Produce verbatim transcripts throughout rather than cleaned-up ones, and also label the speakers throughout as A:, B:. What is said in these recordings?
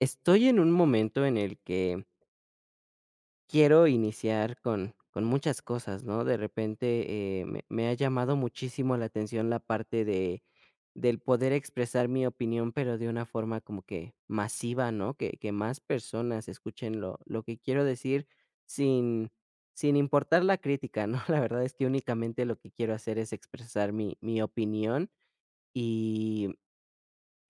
A: Estoy en un momento en el que quiero iniciar con, con muchas cosas, ¿no? De repente eh, me, me ha llamado muchísimo la atención la parte de del poder expresar mi opinión, pero de una forma como que masiva, ¿no? Que, que más personas escuchen lo, lo que quiero decir sin, sin importar la crítica, ¿no? La verdad es que únicamente lo que quiero hacer es expresar mi, mi opinión.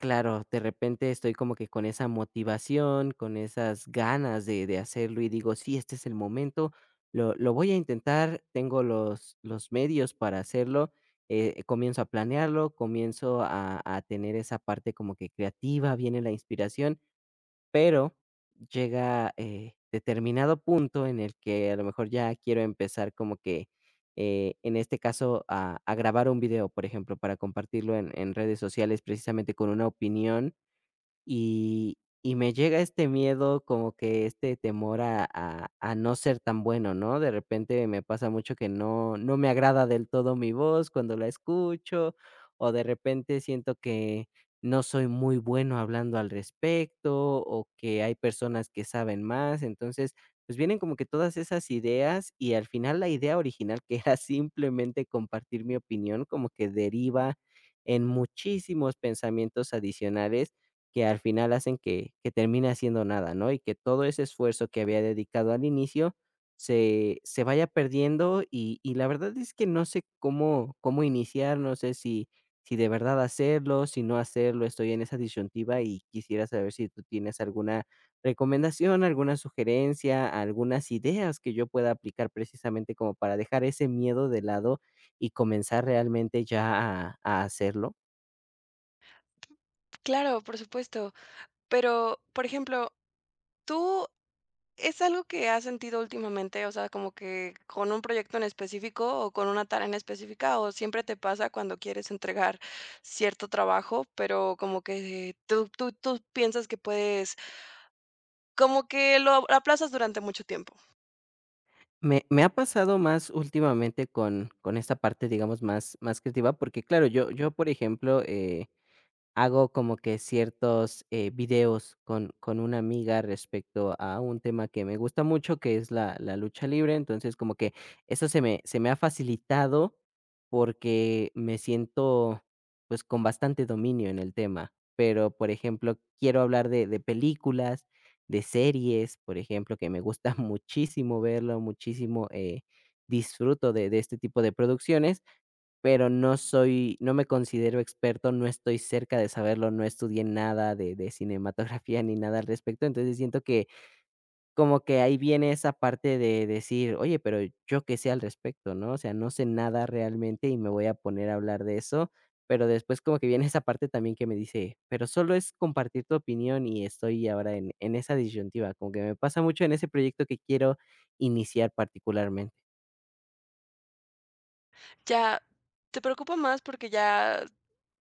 A: Claro, de repente estoy como que con esa motivación, con esas ganas de, de hacerlo y digo, sí, este es el momento, lo, lo voy a intentar, tengo los, los medios para hacerlo. Eh, comienzo a planearlo, comienzo a, a tener esa parte como que creativa, viene la inspiración, pero llega, eh, determinado punto en el que a lo mejor ya quiero empezar como que, eh, en este caso, a a grabar un video, por ejemplo, para compartirlo en en redes sociales, precisamente con una opinión. Y y me llega este miedo, como que este temor a a a no ser tan bueno, ¿no? De repente me pasa mucho que no no me agrada del todo mi voz cuando la escucho, o de repente siento que no soy muy bueno hablando al respecto, o que hay personas que saben más. Entonces, pues vienen como que todas esas ideas y al final la idea original, que era simplemente compartir mi opinión, como que deriva en muchísimos pensamientos adicionales que al final hacen que que termine haciendo nada, ¿no? Y que todo ese esfuerzo que había dedicado al inicio se se vaya perdiendo y y la verdad es que no sé cómo cómo iniciar, no sé si si de verdad hacerlo, si no hacerlo, estoy en esa disyuntiva y quisiera saber si tú tienes alguna recomendación, alguna sugerencia, algunas ideas que yo pueda aplicar precisamente como para dejar ese miedo de lado y comenzar realmente ya a a hacerlo.
B: Claro, por supuesto. Pero, por ejemplo, ¿tú ¿es algo que has sentido últimamente? O sea, como que con un proyecto en específico o con una tarea en específica, o siempre te pasa cuando quieres entregar cierto trabajo, pero como que tú, tú, tú piensas que puedes, como que lo aplazas durante mucho tiempo.
A: Me me ha pasado más últimamente con con esta parte, digamos, más más creativa, porque, claro, yo yo, por ejemplo, eh, hago como que ciertos, eh, videos con con una amiga respecto a un tema que me gusta mucho, que es la la lucha libre. Entonces, como que eso se me se me ha facilitado porque me siento, pues, con bastante dominio en el tema. Pero, por ejemplo, quiero hablar de de películas, de series, por ejemplo, que me gusta muchísimo verlo, muchísimo, eh, disfruto de de este tipo de producciones. Pero no soy no me considero experto, no estoy cerca de saberlo, no estudié nada de de cinematografía ni nada al respecto. Entonces, siento que como que ahí viene esa parte de decir: "Oye, pero yo qué sé al respecto", ¿no? O sea, no sé nada realmente y me voy a poner a hablar de eso, pero después como que viene esa parte también que me dice: "Pero solo es compartir tu opinión", y estoy ahora en en esa disyuntiva, como que me pasa mucho en ese proyecto que quiero iniciar particularmente.
B: Ya te preocupa más porque ya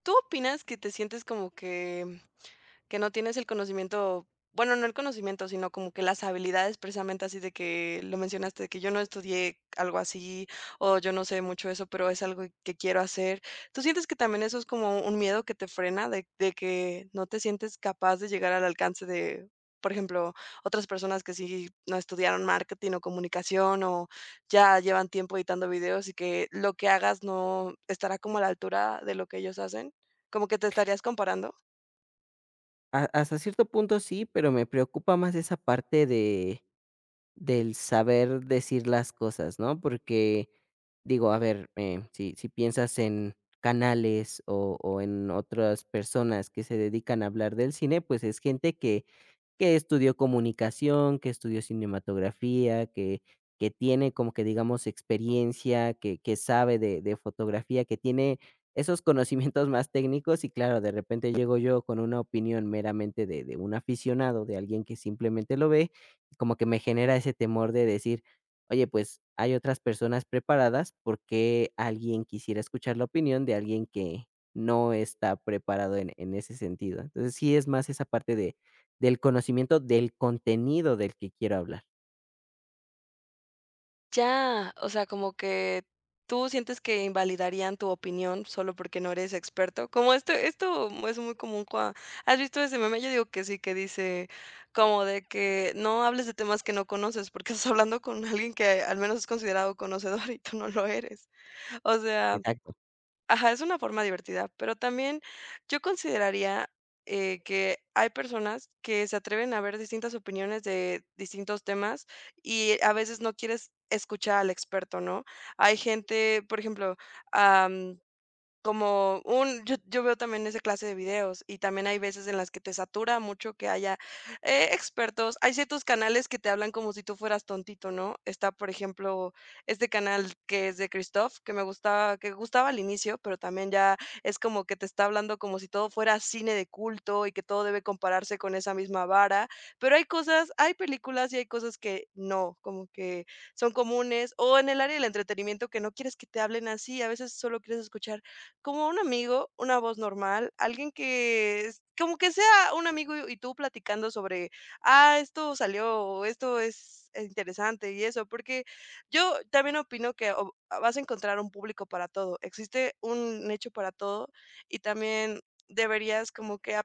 B: tú opinas que te sientes como que que no tienes el conocimiento, bueno, no el conocimiento, sino como que las habilidades precisamente así de que lo mencionaste, de que yo no estudié algo así o yo no sé mucho eso, pero es algo que quiero hacer. ¿Tú sientes que también eso es como un miedo que te frena de, de que no te sientes capaz de llegar al alcance de, por ejemplo, otras personas que sí no estudiaron marketing o comunicación o ya llevan tiempo editando videos y que lo que hagas no estará como a la altura de lo que ellos hacen? ¿Como que te estarías comparando?
A: Ha Hasta cierto punto sí, pero me preocupa más esa parte de, del saber decir las cosas, ¿no? Porque, digo, a ver, eh, si si piensas en canales o o en otras personas que se dedican a hablar del cine, pues es gente que que estudió comunicación, que estudió cinematografía, que que tiene como que, digamos, experiencia, que que sabe de de fotografía, que tiene esos conocimientos más técnicos y, claro, de repente llego yo con una opinión meramente de de un aficionado, de alguien que simplemente lo ve como que me genera ese temor de decir: "Oye, pues, hay otras personas preparadas, ¿por qué alguien quisiera escuchar la opinión de alguien que no está preparado en en ese sentido?". Entonces, sí es más esa parte de del conocimiento del contenido del que quiero hablar.
B: Ya, o sea, como que tú sientes que invalidarían tu opinión solo porque no eres experto. Como esto esto es muy común cua, ¿has visto ese meme? Yo digo que sí, que dice como de que no hables de temas que no conoces, porque estás hablando con alguien que al menos es considerado conocedor y tú no lo eres. O sea,
A: Exacto.
B: ajá, es una forma divertida, pero también yo consideraría, eh, que hay personas que se atreven a ver distintas opiniones de distintos temas y a veces no quieres escuchar al experto, ¿no? Hay gente, por ejemplo, como un yo yo veo también esa clase de videos, y también hay veces en las que te satura mucho que haya, eh, expertos. Hay ciertos canales que te hablan como si tú fueras tontito, ¿no? Está, por ejemplo, este canal que es de Christoph, que me gustaba que gustaba al inicio, pero también ya es como que te está hablando como si todo fuera cine de culto y que todo debe compararse con esa misma vara, pero hay cosas hay películas y hay cosas que no, como que son comunes, o en el área del entretenimiento que no quieres que te hablen así. A veces solo quieres escuchar como un amigo, una voz normal, alguien que es como que sea un amigo y y tú platicando sobre, ah, esto salió, o esto es interesante y eso, porque yo también opino que o- vas a encontrar un público para todo, existe un nicho para todo y también deberías como que a,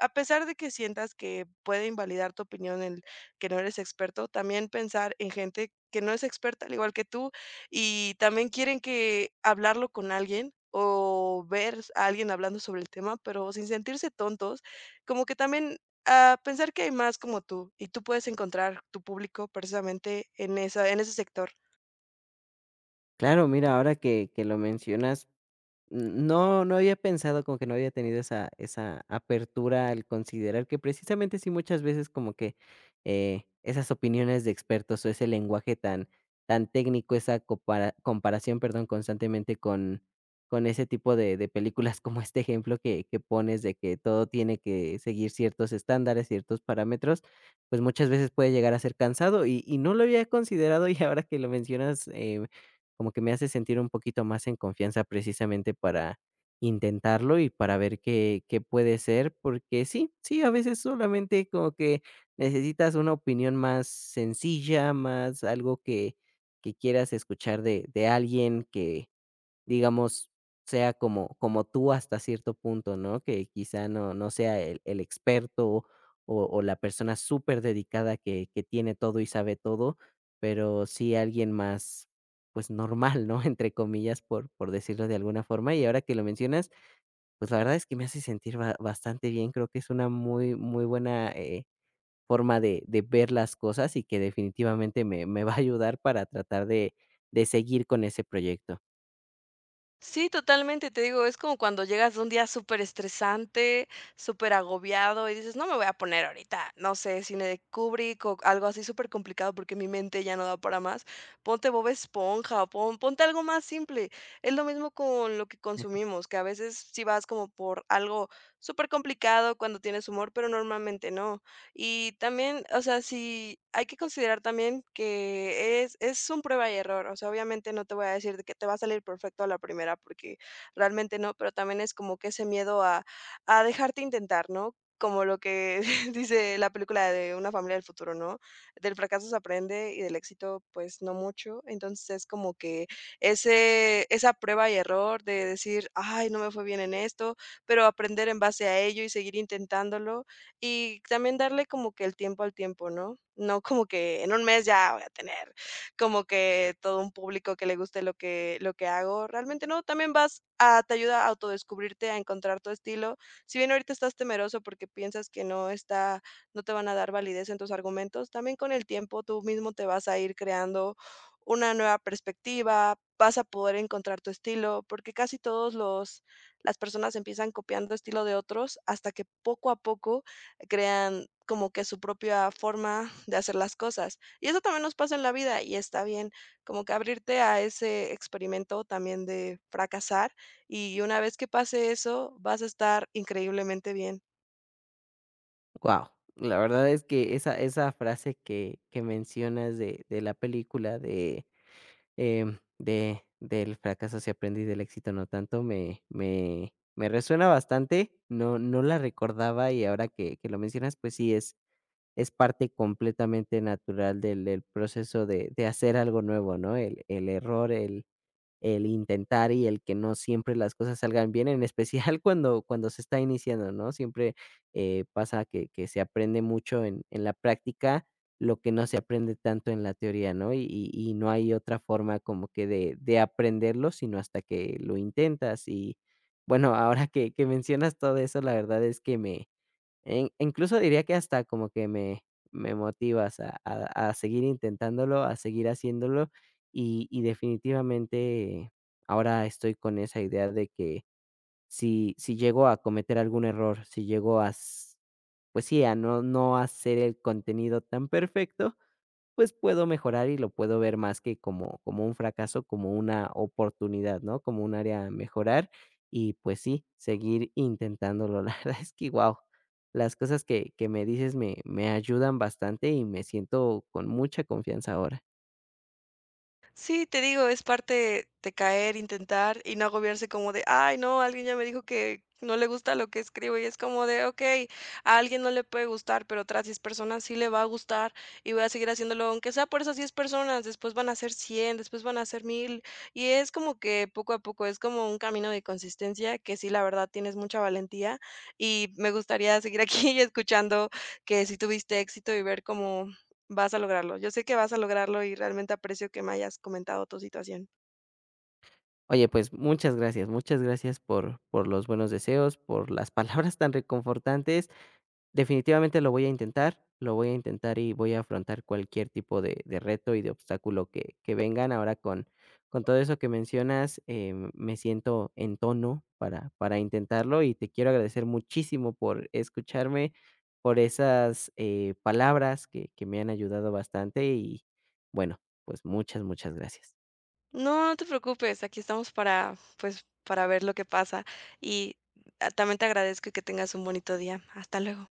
B: a pesar de que sientas que puede invalidar tu opinión el que no eres experto, también pensar en gente que no es experta al igual que tú y también quieren que hablarlo con alguien o ver a alguien hablando sobre el tema, pero sin sentirse tontos, como que también, ah, pensar que hay más como tú y tú puedes encontrar tu público precisamente en esa, en ese sector.
A: Claro, mira, ahora que que lo mencionas, no, no había pensado, como que no había tenido esa esa apertura al considerar que precisamente sí muchas veces como que, eh, esas opiniones de expertos o ese lenguaje tan tan técnico, esa compara comparación, perdón, constantemente con con ese tipo de de películas, como este ejemplo que que pones de que todo tiene que seguir ciertos estándares, ciertos parámetros, pues muchas veces puede llegar a ser cansado y y no lo había considerado. Y ahora que lo mencionas, eh como que me hace sentir un poquito más en confianza precisamente para intentarlo y para ver qué qué puede ser, porque sí, sí, a veces solamente como que necesitas una opinión más sencilla, más algo que que quieras escuchar de de alguien que... Digamos, sea como como tú hasta cierto punto, ¿no? Que quizá no no sea el el experto o o la persona superdedicada que que tiene todo y sabe todo, pero sí alguien más, pues, normal, ¿no? Entre comillas, por por decirlo de alguna forma. Y ahora que lo mencionas, pues, la verdad es que me hace sentir ba bastante bien. Creo que es una muy muy buena, eh, forma de de ver las cosas y que definitivamente me me va a ayudar para tratar de de seguir con ese proyecto.
B: Sí, totalmente, te digo, es como cuando llegas de un día superestresante, superagobiado y dices: "No me voy a poner ahorita, no sé, cine de Kubrick o algo así supercomplicado porque mi mente ya no da para más. Ponte Bob Esponja, o pon ponte algo más simple". Es lo mismo con lo que consumimos, que a veces sí vas como por algo supercomplicado cuando tienes humor, pero normalmente no. Y también, o sea, sí hay que considerar también que es es un prueba y error. O sea, obviamente no te voy a decir de que te va a salir perfecto a la primera, porque realmente no, pero también es como que ese miedo a a dejarte intentar, ¿no? Como lo que dice la película de Una familia del futuro, ¿no? Del fracaso se aprende y del éxito, pues, no mucho. Entonces, es como que ese esa prueba y error de decir: "Ay, no me fue bien en esto", pero aprender en base a ello y seguir intentándolo. Y también darle como que el tiempo al tiempo, ¿no? No como que en un mes ya voy a tener como que todo un público que le guste lo que lo que hago. Realmente no, también vas a te ayuda a autodescubrirte, a encontrar tu estilo. Si bien ahorita estás temeroso porque piensas que no está no te van a dar validez en tus argumentos, también con el tiempo tú mismo te vas a ir creando una nueva perspectiva, vas a poder encontrar tu estilo, porque casi todos los las personas empiezan copiando estilo de otros hasta que poco a poco crean como que su propia forma de hacer las cosas. Y eso también nos pasa en la vida y está bien, como que abrirte a ese experimento también de fracasar y una vez que pase eso, vas a estar increíblemente bien.
A: Wow, la verdad es que esa esa frase que que mencionas de de la película de, em, de del fracaso se aprende y del éxito no tanto, me me me resuena bastante, no no la recordaba y ahora que que lo mencionas, pues sí, es es parte completamente natural del del proceso de de hacer algo nuevo, ¿no? El el error, el el intentar y el que no siempre las cosas salgan bien, en especial cuando cuando se está iniciando, ¿no? Siempre, eh, pasa que que se aprende mucho en en la práctica lo que no se aprende tanto en la teoría, ¿no? Y y y no hay otra forma como que de de aprenderlo, sino hasta que lo intentas. Y, bueno, ahora que que mencionas todo eso, la verdad es que me... In Incluso diría que hasta como que me me motivas a a a seguir intentándolo, a seguir haciéndolo, y y definitivamente ahora estoy con esa idea de que si si llego a cometer algún error, si llego a s pues sí, a no no hacer el contenido tan perfecto, pues, puedo mejorar y lo puedo ver más que como como un fracaso, como una oportunidad, ¿no? Como un área a mejorar y, pues sí, seguir intentándolo. La verdad es que, wow, las cosas que que me dices me me ayudan bastante y me siento con mucha confianza ahora.
B: Sí, te digo, es parte de caer, intentar y no agobiarse como de, ay, no, alguien ya me dijo que no le gusta lo que escribo y es como de, ok, a alguien no le puede gustar, pero otras diez personas sí le va a gustar y voy a seguir haciéndolo, aunque sea por esas diez personas, después van a ser cien, después van a ser mil y es como que poco a poco, es como un camino de consistencia que sí, la verdad, tienes mucha valentía y me gustaría seguir aquí escuchando que si tuviste éxito y ver cómo. Vas a lograrlo. Yo sé que vas a lograrlo y realmente aprecio que me hayas comentado tu situación.
A: Oye, pues, muchas gracias, muchas gracias por por los buenos deseos, por las palabras tan reconfortantes. Definitivamente lo voy a intentar, lo voy a intentar y voy a afrontar cualquier tipo de, de reto y de obstáculo que, que vengan. Ahora con, con todo eso que mencionas, eh, me siento en tono para, para intentarlo y te quiero agradecer muchísimo por escucharme, por esas eh, palabras que, que me han ayudado bastante y bueno, pues muchas, muchas gracias.
B: No, no te preocupes, aquí estamos para, pues, para ver lo que pasa y, ah, también te agradezco y que tengas un bonito día. Hasta luego.